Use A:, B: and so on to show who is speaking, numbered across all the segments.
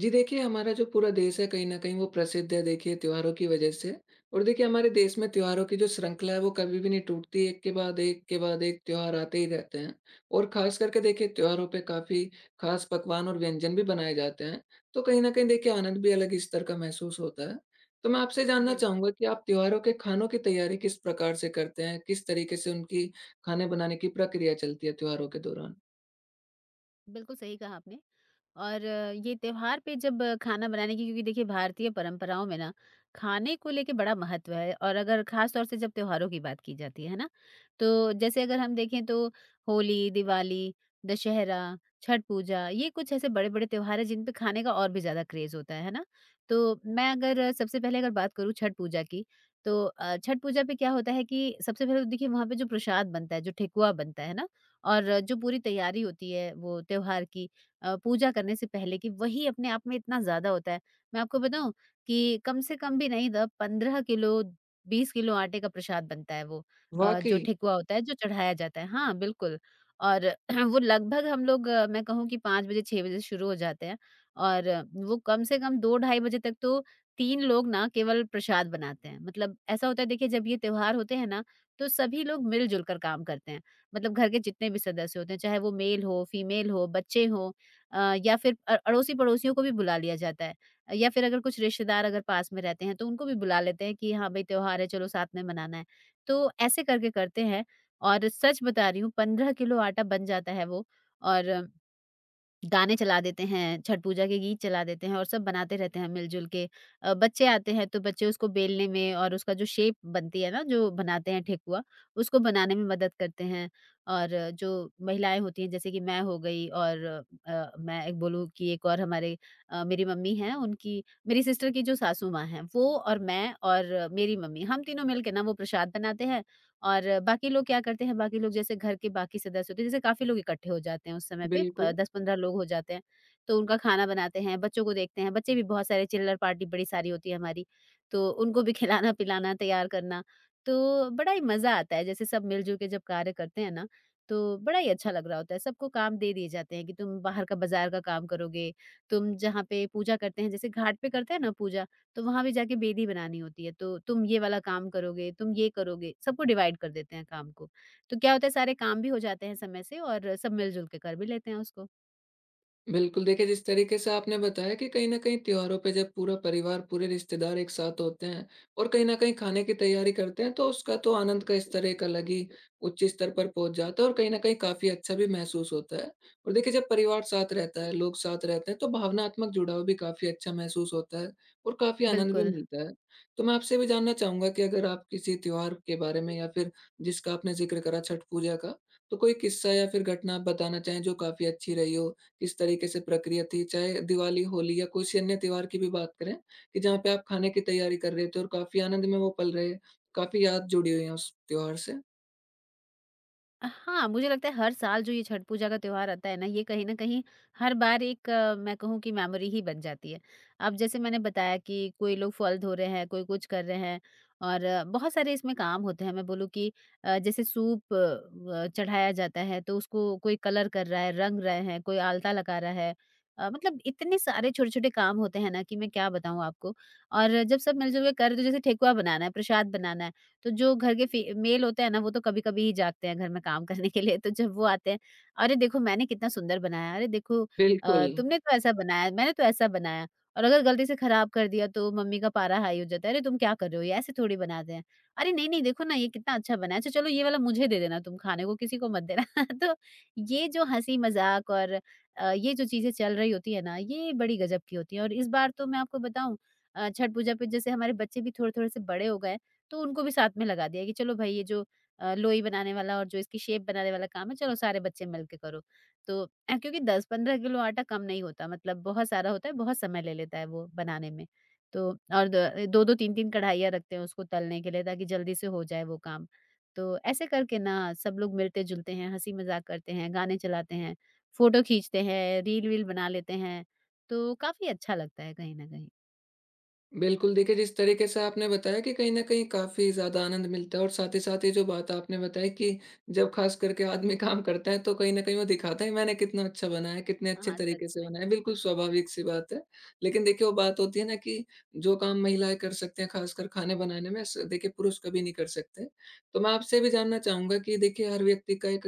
A: जी देखिए, हमारा जो पूरा देश है कहीं न कहीं वो प्रसिद्ध है देखिए त्योहारों की वजह से। और देखिए हमारे देश में त्योहारों की जो श्रृंखला है वो कभी भी नहीं टूटती, एक के बाद एक के बाद एक त्योहार आते ही रहते हैं। और ख़ास करके देखिए त्योहारों पे काफ़ी ख़ास पकवान और व्यंजन भी बनाए जाते हैं, तो कहीं न कहीं देखिए आनंद भी अलग ही स्तर का महसूस होता है। तो मैं आपसे जानना
B: बिल्कुल,
A: चाहूँगा कि आप त्योहारों के खानों की तैयारी किस प्रकार से करते हैं? किस तरीके से उनकी खाने बनाने की प्रक्रिया चलती है त्योहारों के दौरान?
B: बिल्कुल सही कहा आपने। और ये त्योहार पे जब खाना बनाने की, क्योंकि देखिए भारतीय परंपराओं में ना खाने को लेके बड़ा महत्व है। और अगर खास तौर से जब त्योहारों की बात की जाती है ना, तो जैसे अगर हम देखें तो होली, दिवाली, दशहरा, छठ पूजा, ये कुछ ऐसे बड़े बड़े त्योहार हैं जिन पे खाने का और भी ज्यादा क्रेज होता है ना। तो मैं अगर सबसे पहले अगर बात करूँ छठ पूजा की, तो छठ पूजा पे क्या होता है कि सबसे पहले तो देखिए वहां पे जो प्रसाद बनता है, जो ठेकुआ बनता है ना, और जो पूरी तैयारी होती है वो त्योहार की, पूजा करने से पहले की, वही अपने आप में इतना ज़्यादा होता है। मैं आपको बताऊँ कि कम से कम भी नहीं द 15 किलो, 20 किलो आटे का प्रसाद बनता है वो, जो
A: वाक़ई।
B: ठेकुआ होता है, जो चढ़ाया जाता है। हाँ, बिल्कुल। और वो लगभग हम लोग मैं कहूँ कि 5 बजे, 6 बजे शुरू हो जाते हैं, और वो कम से कम 2 ढाई बजे तक तो 3 लोग ना केवल प्रसाद बनाते हैं। मतलब ऐसा होता है देखिए, जब ये त्योहार होते हैं ना, तो सभी लोग मिल-जुल कर काम करते हैं। मतलब घर के जितने भी सदस्य होते हैं, चाहे वो मेल हो, फीमेल हो, बच्चे हों, या फिर अड़ोसी-पड़ोसियों को भी बुला लिया जाता है। या फिर अगर कुछ रिश्तेदार अगर पास में रहते हैं, तो उनको भी बुला लेते हैं कि हाँ भाई, त्योहार है, चलो साथ में मनाना है। तो ऐसे करके करते हैं, और सच बता रही हूँ, 15 किलो आटा बन जाता है वो। और गाने चला देते हैं, छठ पूजा के गीत चला देते हैं, और सब बनाते रहते हैं मिल-जुल के। बच्चे आते हैं तो बच्चे उसको बेलने में, और उसका जो शेप बनती है ना जो बनाते हैं ठेकुआ, उसको बनाने में मदद करते हैं। और जो महिलाएँ होती हैं जैसे कि मैं हो गई, और मैं एक बोलूँ कि एक और हमारे मेरी मम्मी हैं उनकी, मेरी सिस्टर की जो सासू माँ हैं, वो और मैं और मेरी मम्मी, हम तीनों मिलके ना वो प्रसाद बनाते हैं। और बाकी लोग क्या करते हैं, बाकी लोग जैसे घर के बाकी सदस्य होते हैं, जैसे काफ़ी लोग इकट्ठे हो जाते हैं उस समय पे, प
A: बिल्कुल।
B: 10-15 लोग हो जाते हैं, तो उनका खाना बनाते हैं, बच्चों को देखते हैं। बच्चे भी बहुत सारे, चिल्लर पार्टी बड़ी सारी होती है हमारी, तो उनको भी खिलाना-पिलाना, तैयार करना। तो बड़ा ही मज़ा आता है जैसे सब मिल-जुल के जब कार्य करते हैं ना, तो बड़ा ही अच्छा लग रहा होता है। सबको काम दे दिए जाते हैं कि तुम बाहर का, बाज़ार का काम करोगे, तुम जहाँ पे पूजा करते हैं, जैसे घाट पे करते हैं ना पूजा, तो वहाँ भी जाके बेदी बनानी होती है, तो तुम ये वाला काम करोगे, तुम ये करोगे, सबको डिवाइड कर देते हैं काम को। तो क्या होता है, सारे काम भी हो जाते हैं समय से और सब मिल-जुल के कर भी लेते हैं उसको।
A: बिल्कुल, देखिए जिस तरीके से आपने बताया कि कहीं न कहीं त्योहारों पे जब पूरा परिवार, पूरे रिश्तेदार एक साथ होते हैं और कहीं न कहीं खाने की तैयारी करते हैं, तो उसका तो आनंद का स्तर एक अलग ही उच्च स्तर पर पहुँच जाता है और कहीं न कहीं काफ़ी अच्छा भी महसूस होता है। और देखिए जब परिवार साथ रहता है, लोग साथ रहते हैं, तो भावनात्मक जुड़ाव भी काफ़ी अच्छा महसूस होता है और काफ़ी आनंद भी
B: बिल्कुल।
A: मिलता है। तो मैं आपसे भी जानना चाहूँगा कि अगर आप किसी त्योहार के बारे में या फिर जिसका आपने ज़िक्र करा छठ पूजा का, तो कोई किस्सा या फिर घटना आप बताना चाहें जो काफ़ी अच्छी रही हो, किस तरीके से प्रक्रिया थी, चाहे दिवाली, होली या किसी अन्य त्योहार की भी बात करें, कि जहाँ पे आप खाने की तैयारी कर रहे थे और काफ़ी आनंद में वो पल रहे, काफ़ी याद जुड़ी हुई है उस त्योहार से?
B: हाँ, मुझे लगता है हर साल जो ये छठ पूजा का त्योहार आता है ना, ये कहीं न कहीं हर बार एक मैं कहूँ कि मेमोरी ही बन जाती है। अब जैसे मैंने बताया कि कोई लोग फल धो रहे हैं, कोई कुछ कर रहे हैं, और बहुत सारे इसमें काम होते हैं। मैं बोलूँ कि जैसे सूप चढ़ाया जाता है, तो उसको कोई कलर कर रहा है, रंग रहे हैं, कोई आलता लगा रहा है। मतलब इतने सारे छोटे-छोटे काम होते हैं ना कि मैं क्या बताऊँ आपको। और जब सब मिलजुल के कर, तो जैसे ठेकुआ बनाना है, प्रसाद बनाना है, तो जो घर के फी मेल होते हैं ना, वो तो कभी-कभी ही जागते हैं घर में काम करने के लिए, तो जब वो आते हैं, "अरे देखो मैंने कितना सुंदर बनाया, अरे देखो
A: बिल्कुल।
B: तुमने तो ऐसा बनाया, मैंने तो ऐसा बनाया।" और अगर गलती से खराब कर दिया तो मम्मी का पारा हाई हो जाता है, "अरे तुम क्या कर रहे हो? ये ऐसे थोड़ी बनाते हैं। अरे नहीं-नहीं देखो ना ये कितना अच्छा बना है, अच्छा चलो ये वाला मुझे दे देना तुम खाने को, किसी को मत देना।" तो ये जो हँसी-मज़ाक और ये जो चीज़ें चल रही होती है ना, ये बड़ी गज़ब की होती है। और इस बार तो मैं आपको बताऊँ, छठ पूजा पे जैसे हमारे बच्चे भी थोड़े-थोड़े से बड़े हो गए, तो उनको भी साथ में लगा दिया कि चलो भाई ये जो लोई बनाने वाला और जो इसकी शेप बनाने वाला काम है, चलो सारे बच्चे मिल के करो। तो क्योंकि 10-15 किलो आटा कम नहीं होता, मतलब बहुत सारा होता है, बहुत समय ले लेता है वो बनाने में। तो और दो दो तीन तीन कढ़ाइयाँ रखते हैं उसको तलने के लिए ताकि जल्दी से हो जाए वो काम। तो ऐसे करके ना सब लोग मिलते जुलते हैं, हंसी मजाक करते हैं, गाने चलाते हैं, फोटो खींचते हैं, रील वील बना लेते हैं, तो काफी अच्छा लगता है कहीं ना कहीं।
A: बिल्कुल, देखिए जिस तरीके से आपने बताया कि कहीं न कहीं काफ़ी ज़्यादा आनंद मिलता है और साथ ही साथ ये जो बात आपने बताई कि जब ख़ास करके आदमी काम करता है तो कहीं न कहीं वो दिखाता है मैंने कितना अच्छा बनाया, कितने अच्छे
B: हाँ, सच
A: तरीके से
B: में।
A: बनाया, बिल्कुल स्वाभाविक सी बात है। लेकिन देखिए वो बात होती है ना कि जो काम महिलाएँ कर सकते हैं ख़ासकर खाने बनाने में स देखिए पुरुष कभी नहीं कर सकते। तो मैं आपसे भी जानना चाहूँगा कि देखिए हर व्यक्ति का एक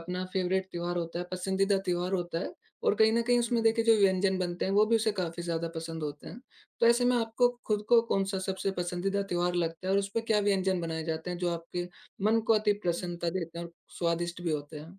A: अपना फ़ेवरेट त्योहार होता है, पसंदीदा त्योहार होता है और कहीं न कहीं उसमें
B: हम्म।
A: देखिए जो व्यंजन बनते हैं वो भी उसे काफ़ी ज़्यादा पसंद होते हैं। तो ऐसे में आपको खुद को कौन-सा सबसे पसंदीदा त्योहार लगता है और उसपे क्या व्यंजन बनाए जाते हैं जो आपके मन को अति प्रसन्नता
B: हम्म,
A: देते हैं और स्वादिष्ट भी होते हैं?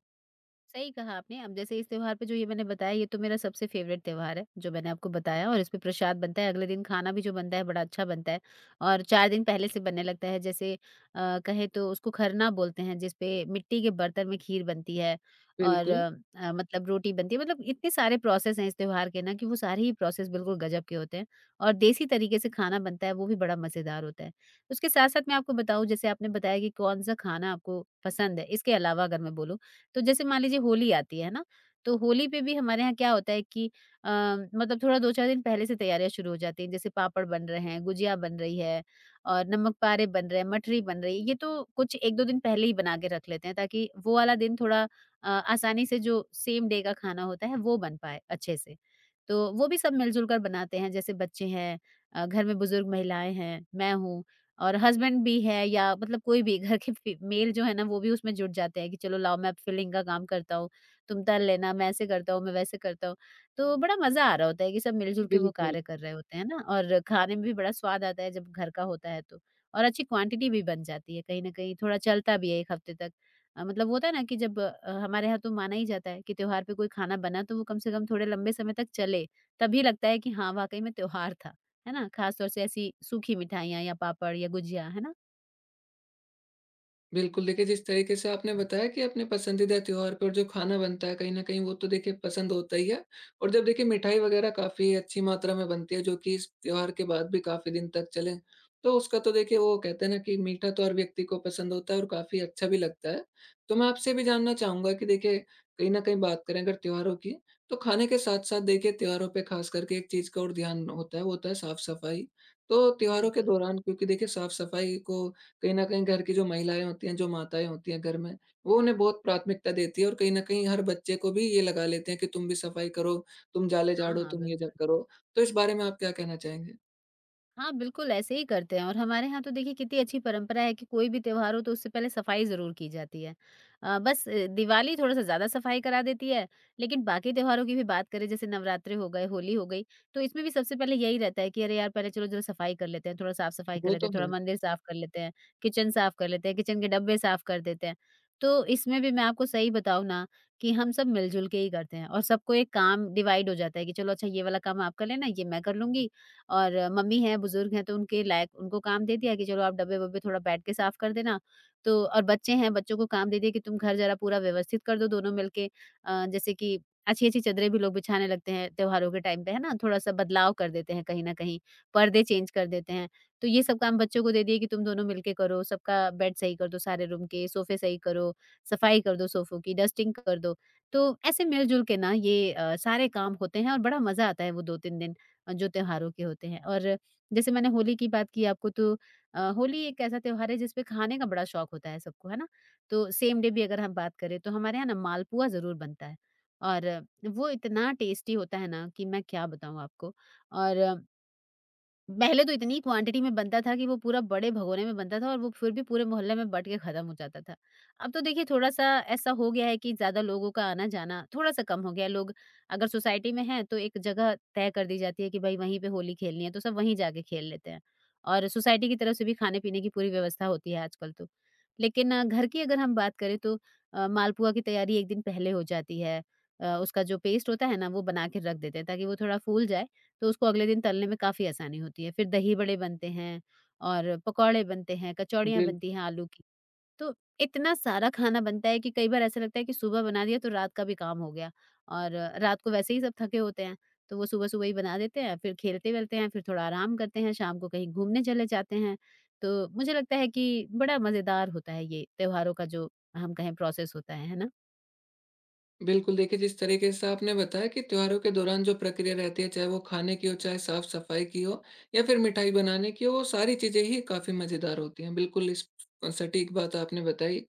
B: सही कहा आपने। अब जैसे इस त्योहार पे जो ये मैंने बताया, ये तो मेरा सबसे फ़ेवरेट त्योहार है, जो मैंने आपको बताया, और इसपे प्रसाद बनता है। अगले दिन खाना भी जो बनता है बड़ा अच्छा बनता है, और 4 दिन पहले से बनने लगता है। जैसे कहें तो उसको खरना बोलते हैं, जिसपे मिट्टी के बर्तन में खीर बनती है, और
A: बिल्कुल,
B: मतलब रोटी बनती है। मतलब इतने सारे प्रोसेस हैं इस त्योहार के ना, कि वो सारे ही प्रोसेस बिल्कुल गज़ब के होते हैं, और देसी तरीके से खाना बनता है, वो भी बड़ा मज़ेदार होता है। उसके साथ-साथ मैं आपको बताऊँ, जैसे आपने बताया कि कौन-सा खाना आपको पसंद है, इसके अलावा अगर मैं बोलूँ, तो जैसे मान लीजिए होली आती है ना, तो होली पे भी हमारे यहाँ क्या होता है कि अ, मतलब थोड़ा 2-4 दिन पहले से तैयारियाँ शुरू हो जाती हैं। जैसे पापड़ बन रहे हैं, गुजिया बन रही है, और नमक पारे बन रहे हैं, मठरी बन रही है। ये तो कुछ 1-2 दिन पहले ही बना के रख लेते हैं, ताकि वो वाला दिन थोड़ा आसानी से, जो सेम डे का खाना होता है, वो बन पाए अच्छे से। तो वो भी सब मिलजुल कर बनाते हैं। जैसे बच्चे हैं, घर में बुजुर्ग महिलाएँ हैं, मैं हूँ, और हस्बैंड भी है, या मतलब कोई भी घर के फी मेल जो है ना वो भी उसमें जुट जाते हैं, कि चलो लाओ मैं फिलिंग का काम करता हूँ, तुम तल लेना, मैं ऐसे करता हूँ, मैं वैसे करता हूँ। तो बड़ा मज़ा आ रहा होता है कि सब मिल-जुल के वो
A: बिल्कुल।
B: कार्य कर रहे होते हैं ना, और खाने में भी बड़ा स्वाद आता है जब घर का होता है तो। और अच्छी क्वांटिटी भी बन जाती है, कहीं न कहीं थोड़ा चलता भी है 1 हफ्ते तक। मतलब होता है ना कि जब हमारे यहाँ तो माना ही जाता है कि त्योहार पे कोई खाना बना तो वो कम से कम थोड़े लंबे समय तक चले, तभी लगता है कि हाँ, वाक़ई में त्योहार था। है ना? ख़ास तौर से ऐसी सूखी मिठाइयाँ या पापड़ या गुजिया, है ना?
A: बिल्कुल, देखिए जिस तरीके से आपने बताया कि अपने पसंदीदा त्योहार पर जो खाना बनता है, कहीं न कहीं वो तो देखिए पसंद होता ही है और जब देखिए मिठाई वग़ैरह काफ़ी अच्छी मात्रा में बनती है जो कि इस त्योहार के बाद भी काफ़ी दिन तक चले, तो उसका तो देखिए वो कहते हैं ना कि मीठा तो हर व्यक्ति को पसंद होता है और काफ़ी अच्छा भी लगता है। तो मैं आपसे भी जानना चाहूँगा कि देखिए कहीं न कहीं बात करें अगर त्योहारों की, तो खाने के साथ-साथ देखिए त्योहारों पे ख़ास करके एक चीज़ का और ध्यान होता है, वो होता है साफ़-सफ़ाई। तो त्योहारों के
B: बिल्कुल।
A: दौरान क्योंकि देखिए साफ़-सफ़ाई को कहीं न कहीं घर की जो महिलाएँ होती हैं, जो माताएँ होती हैं घर में, वो उन्हें बहुत प्राथमिकता देती है और कहीं न कहीं हर बच्चे को भी ये लगा लेते हैं कि तुम भी सफाई करो, तुम जाले
B: हाँ,
A: झाड़ो,
B: हाँ,
A: तुम ये ज
B: बिल्कुल।
A: करो। तो इस बारे में आप क्या कहना चाहेंगे?
B: हाँ, बिल्कुल ऐसे ही करते हैं, और हमारे यहाँ तो देखिए कितनी अच्छी परंपरा है कि कोई भी त्योहार हो तो उससे पहले सफाई ज़रूर की जाती है। बस दिवाली थोड़ा-सा ज़्यादा सफाई करा देती है, लेकिन बाकी त्योहारों की भी बात करें, जैसे नवरात्रे हो गए, होली हो गई, तो इसमें भी सबसे पहले यही रहता है कि अरे यार पहले चलो ज़रा सफाई कर लेते हैं, थोड़ा साफ-सफाई कर
A: वो
B: लेते
A: तो
B: हैं, थोड़ा
A: है।
B: मंदिर साफ कर लेते हैं, किचन साफ कर लेते हैं, किचन के डब्बे साफ कर देते हैं। तो इसमें भी मैं आपको सही बताऊँ ना, कि हम सब मिल-जुल के ही करते हैं, और सबको एक काम डिवाइड हो जाता है कि चलो अच्छा ये वाला काम आप कर लेना, ये मैं कर लूँगी, और मम्मी हैं, बुजुर्ग हैं, तो उनके लायक उनको काम दे दिया कि चलो आप डब्बे-वब्बे थोड़ा बैठ के साफ कर देना। तो और बच्चे हैं, बच्चों को काम दे दिया कि तुम घर ज़रा पूरा व्यवस्थित कर दो दोनों मिलके। जैसे कि अच्छी-अच्छी चद्दरें भी लोग बिछाने लगते हैं त्योहारों के टाइम पे, है ना? थोड़ा-सा बदलाव कर देते हैं कहीं न कहीं, पर्दे चेंज कर देते हैं। तो ये सब काम बच्चों को दे दिए कि तुम दोनों मिलके करो, सबका बेड सही कर दो सारे रूम के, सोफे सही करो, सफाई कर दो सोफों की, डस्टिंग कर दो। तो ऐसे मिल-जुल के ना ये सारे काम होते हैं और बड़ा मज़ा आता है वो 2-3 दिन। जो त्योहारों के होते हैं। और जैसे मैंने होली की बात की आपको, तो होली एक ऐसा त्योहार है जिसपे खाने का बड़ा शौक होता है सबको, है ना? तो सेम डे भी अगर हम बात करें, तो हमारे यहाँ ना मालपुआ ज़रूर बनता है और वो इतना टेस्टी होता है ना कि मैं क्या बताऊँ आपको। और पहले तो इतनी क्वांटिटी में बनता था कि वो पूरा बड़े भगोने में बनता था और वो फिर भी पूरे मोहल्ले में बट के खत्म हो जाता था। अब तो देखिए थोड़ा-सा ऐसा हो गया है कि ज़्यादा लोगों का आना-जाना थोड़ा-सा कम हो गया है। लोग अगर सोसाइटी में हैं, तो एक जगह तय कर दी जाती है कि भई वहीं पे होली खेलनी है, तो सब वहीं जाके खेल लेते हैं। और सोसाइटी की तरफ से भी खाने-पीने की पूरी व्यवस्था होती है आजकल तो। लेकिन घर की अगर हम बात करें, तो मालपुआ की तैयारी 1 दिन पहले हो जाती है। उसका जो पेस्ट होता है ना, वो बना के रख देते हैं ताकि वो थोड़ा फूल जाए, तो उसको अगले दिन तलने में काफ़ी आसानी होती है। फिर दही बड़े बनते हैं और पकौड़े बनते हैं, कचौड़ियाँ बनती
A: बिल्कुल।
B: हैं आलू की। तो इतना सारा खाना बनता है कि कई बार ऐसा लगता है कि सुबह बना दिया तो रात का भी काम हो गया। और रात को वैसे ही सब थके होते हैं, तो वो सुबह-सुबह ही बना देते हैं, फिर खेलते-वेलते हैं, फिर थोड़ा आराम करते हैं, शाम को कहीं घूमने चले जाते हैं। तो मुझे लगता है कि बड़ा मज़ेदार होता है ये त्योहारों का जो हम कहें प्रोसेस होता है ना?
A: बिल्कुल, देखिए जिस तरीके से आपने बताया कि त्योहारों के दौरान जो प्रक्रिया रहती है, चाहे वो खाने की हो, चाहे साफ-सफाई की हो या फिर मिठाई बनाने की हो, वो सारी चीज़ें ही काफ़ी मज़ेदार होती हैं। बिल्कुल इस सटीक बात आपने बताई।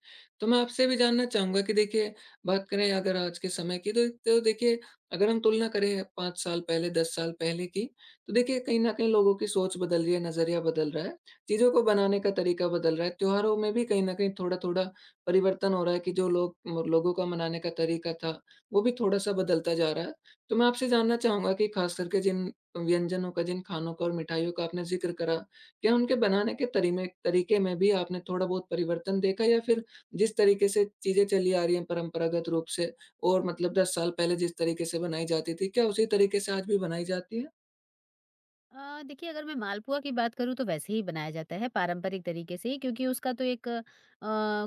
A: तो मैं आपसे भी जानना चाहूँगा कि देखिए बात करें अगर आज के समय की तो देखिए अगर हम तुलना करें 5 साल पहले, 10 साल पहले की, तो देखिए कहीं न कहीं लोगों की सोच बदल रही है, नज़रिया बदल रहा है, चीज़ों को बनाने का तरीका बदल रहा है, त्योहारों में भी कहीं न कहीं थोड़ा-थोड़ा परिवर्तन हो रहा है कि जो लोग म लोगों का मनाने का तरीका था, वो भी थोड़ा-सा बदलता जा रहा है। तो मैं आपसे जानना चाहूँगा कि ख़ास करके जिन व्यंजनों का, जिन खानों का और मिठाइयों का आपने ज़िक्र करा, क्या उनके बनाने के तरीमे तरीके में भी आपने थोड़ा बहुत परिवर्तन देखा, या फिर जिस तरीके से चीज़ें चली आ रही हैं परंपरागत रूप से और मतलब 10 साल पहले जिस तरीके से बनाई जाती थी, क्या उसी तरीके से आज भी बनाई जाती है?
B: देखिए, अगर मैं मालपुआ की बात करूँ, तो वैसे ही बनाया जाता है पारंपरिक तरीके से ही, क्योंकि उसका तो एक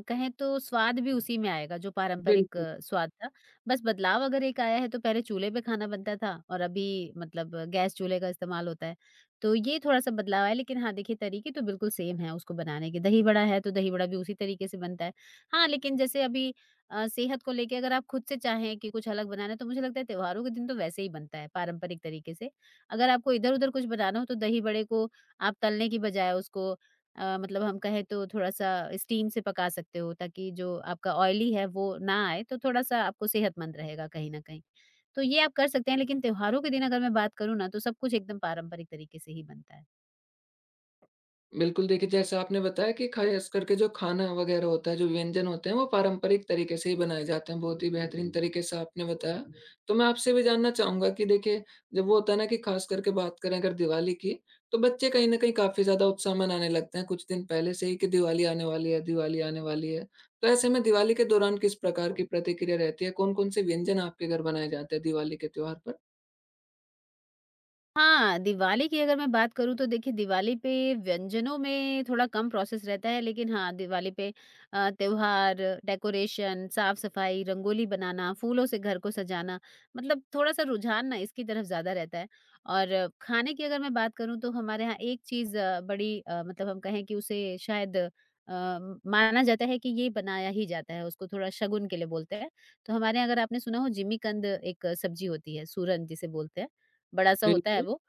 B: कहें तो स्वाद भी उसी में आएगा जो पारंपरिक
A: बिल्कुल।
B: स्वाद था। बस बदलाव अगर एक आया है, तो पहले चूल्हे पे खाना बनता था और अभी मतलब गैस चूल्हे का इस्तेमाल होता है। तो ये थोड़ा-सा बदलाव है, लेकिन हाँ, देखिए तरीके तो बिल्कुल सेम है उसको बनाने के। दही बड़ा है, तो दही बड़ा भी उसी तरीके से बनता है। हाँ, लेकिन जैसे अभी सेहत को लेके अगर आप खुद से चाहें कि कुछ अलग बनाना है, तो मुझे लगता है त्योहारों के दिन तो वैसे ही बनता है पारंपरिक तरीके से। अगर आपको इधर-उधर कुछ बनाना हो, तो दही बड़े को आप तलने की बजाय उसको मतलब हम कहें तो थोड़ा-सा स्टीम से पका सकते हो, ताकि जो आपका ऑयली है वो ना आए, तो थोड़ा-सा आपको सेहतमंद रहेगा कहीं न कहीं। तो ये आप कर सकते हैं, लेकिन त्योहारों के दिन अगर मैं बात करूँ ना, तो सब कुछ एकदम पारंपरिक तरीके से ही बनता है।
A: बिल्कुल, देखिए जैसे आपने बताया कि ख़ास करके जो खाना वग़ैरह होता है, जो व्यंजन होते हैं, वो पारंपरिक तरीके से ही बनाए जाते हैं, बहुत ही बेहतरीन जी, तरीके से आपने बताया। तो मैं आपसे भी जानना चाहूँगा कि देखिए, जब वो होता है ना कि ख़ास करके बात करें अगर दिवाली की, तो बच्चे कहीं न कहीं काफ़ी ज़्यादा उत्साह मनाने लगते हैं, कुछ दिन पहले से ही कि दिवाली आने वाली है, दिवाली आने वाली है। तो ऐसे में दिवाली के दौरान किस प्रकार की प्रतिक्रिया रहती है? कौन-कौन से व्यंजन आपके घर बनाए जाते हैं दिवाली के त्योहार पर?
B: हाँ, दिवाली की अगर मैं बात करूँ, तो देखिए दिवाली पे व्यंजनों में थोड़ा कम प्रोसेस रहता है, लेकिन हाँ, दिवाली पे त्योहार, डेकोरेशन, साफ-सफाई, रंगोली बनाना, फूलों से घर को सजाना, मतलब थोड़ा-सा रुझान ना इसकी तरफ ज़्यादा रहता है। और खाने की अगर मैं बात करूँ, तो हमारे यहाँ एक चीज़ बड़ी मतलब हम कहें कि उसे शायद माना जाता है कि ये बनाया ही जाता है, उसको थोड़ा शगुन के लिए बोलते हैं। तो हमारे यहाँ, अगर आपने सुना हो, जिमीकंद एक सब्जी होती है, सूरन जिसे बोलते हैं। बड़ा-सा होता है
A: बिल्कुल।
B: वो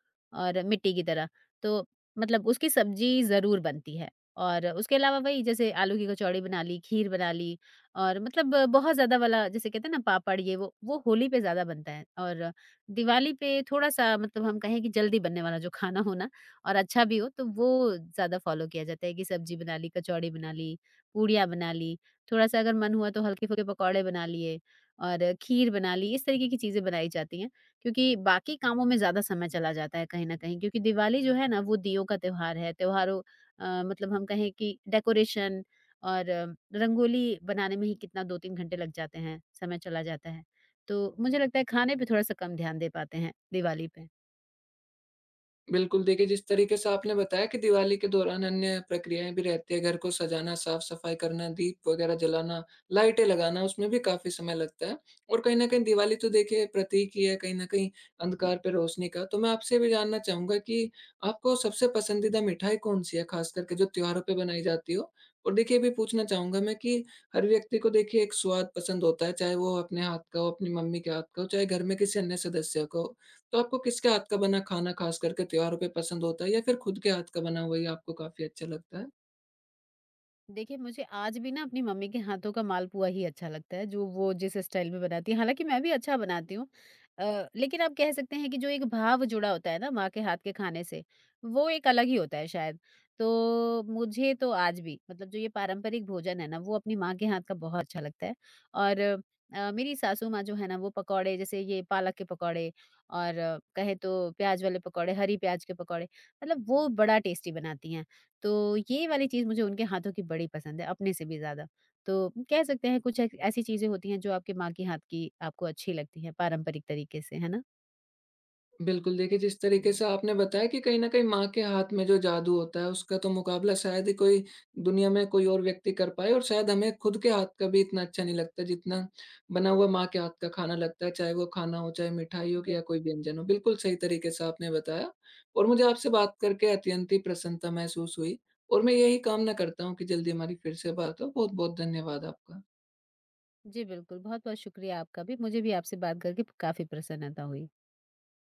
B: और मिट्टी की तरह। तो मतलब उसकी सब्ज़ी ज़रूर बनती है और उसके अलावा वही जैसे आलू की कचौड़ी बना ली, खीर बना ली और मतलब बहुत ज़्यादा वाला, जैसे कहते हैं ना पापड़ ये वो होली पे ज़्यादा बनता है। और दिवाली पे थोड़ा-सा मतलब हम कहें कि जल्दी बनने वाला जो खाना हो ना और अच्छा भी हो, तो वो ज़्यादा फ़ॉलो किया जाता है कि सब्ज़ी बना ली, कचौड़ी बना ली, पूड़ियाँ बना ली, थोड़ा-सा अगर मन हुआ तो हल्के-फुल्के पकौड़े बना लिए और खीर बना ली, इस तरीके की चीज़ें बनाई जाती हैं। क्योंकि बाकी कामों में ज़्यादा समय चला जाता है कहीं न कहीं, क्योंकि दिवाली जो है ना, वो दीयों का त्योहार है। त्योहारों मतलब हम कहें कि डेकोरेशन और रंगोली बनाने में ही कितना 2-3 घंटे लग जाते हैं, समय चला जाता है। तो मुझे लगता है खाने पे थोड़ा-सा कम ध्यान दे पाते हैं दिवाली पे।
A: बिल्कुल, देखिए जिस तरीके से आपने बताया कि दिवाली के दौरान अन्य प्रक्रियाएँ भी रहती हैं, घर को सजाना, साफ-सफाई करना, दीप वगैरह जलाना, लाइटें लगाना, उसमें भी काफ़ी समय लगता है। और कहीं न कहीं दिवाली तो देखिए प्रतीक ही है कहीं न कहीं अंधकार पे रोशनी का। तो मैं आपसे ये भी जानना चाहूँगा कि आपको सबसे पसंदीदा मिठाई कौन-सी है, ख़ास करके जो त्योहारों पे बनाई जाती हो? और देखिए ये भी पूछना चाहूँगा मैं कि हर व्यक्ति को देखिए एक स्वाद पसंद होता है, चाहे वो अपने हाथ का हो, अपनी मम्मी के हाथ का हो, चाहे घर में किसी अन्य सदस्य का हो। तो आपको किसके हाथ का बना खाना खास करके त्योहारों पे पसंद होता है, या फिर खुद के हाथ का बना हुआ ही आपको काफ़ी अच्छा लगता है?
B: देखिए, मुझे आज भी ना अपनी मम्मी के हाथों का मालपुआ ही अच्छा लगता है, जो वो जिस स्टाइल में बनाती हैं। हालाँकि मैं भी अच्छा बनाती हूँ, लेकिन आप कह सकते हैं कि जो एक भाव जुड़ा होता है ना माँ के हाथ के खाने से, वो एक अलग ही होता है शायद। तो मुझे तो आज भी मतलब जो ये पारंपरिक भोजन है ना, वो अपनी माँ के हाथ का बहुत अच्छा लगता है। और मेरी सासू माँ जो है ना, वो पकौड़े जैसे ये पालक के पकौड़े और कहें तो प्याज़ वाले पकौड़े, हरी प्याज़ के पकौड़े, मतलब वो बड़ा टेस्टी बनाती हैं। तो ये वाली चीज़ मुझे उनके हाथों की बड़ी पसंद है, अपने से भी ज़्यादा। तो कह सकते हैं कुछ ऐ ऐसी चीज़ें होती हैं जो आपकी माँ के हाथ की आपको अच्छी लगती हैं पारंपरिक तरीके से, है ना?
A: बिल्कुल, देखिए जिस तरीके से आपने बताया कि कहीं न कहीं माँ के हाथ में जो जादू होता है उसका तो मुकाबला शायद ही कोई दुनिया में कोई और व्यक्ति कर पाए, और शायद हमें खुद के हाथ का भी इतना अच्छा नहीं लगता जितना बना हुआ माँ के हाथ का खाना लगता है, चाहे वो खाना हो, चाहे मिठाई हो
B: बिल
A: या कोई व्यंजन हो। बिल्कुल सही तरीके से आपने बताया, और मुझे आपसे बात करके अत्यंत ही प्रसन्नता महसूस हुई, और मैं यही कामना करता हूँ कि जल्दी हमारी फिर से बात हो। बहुत-बहुत धन्यवाद आपका।
B: जी, बिल्कुल। बहुत-बहुत शुक्रिया आपका भी। मुझे भी आपसे बात करके काफ़ी प्रसन्नता हुई।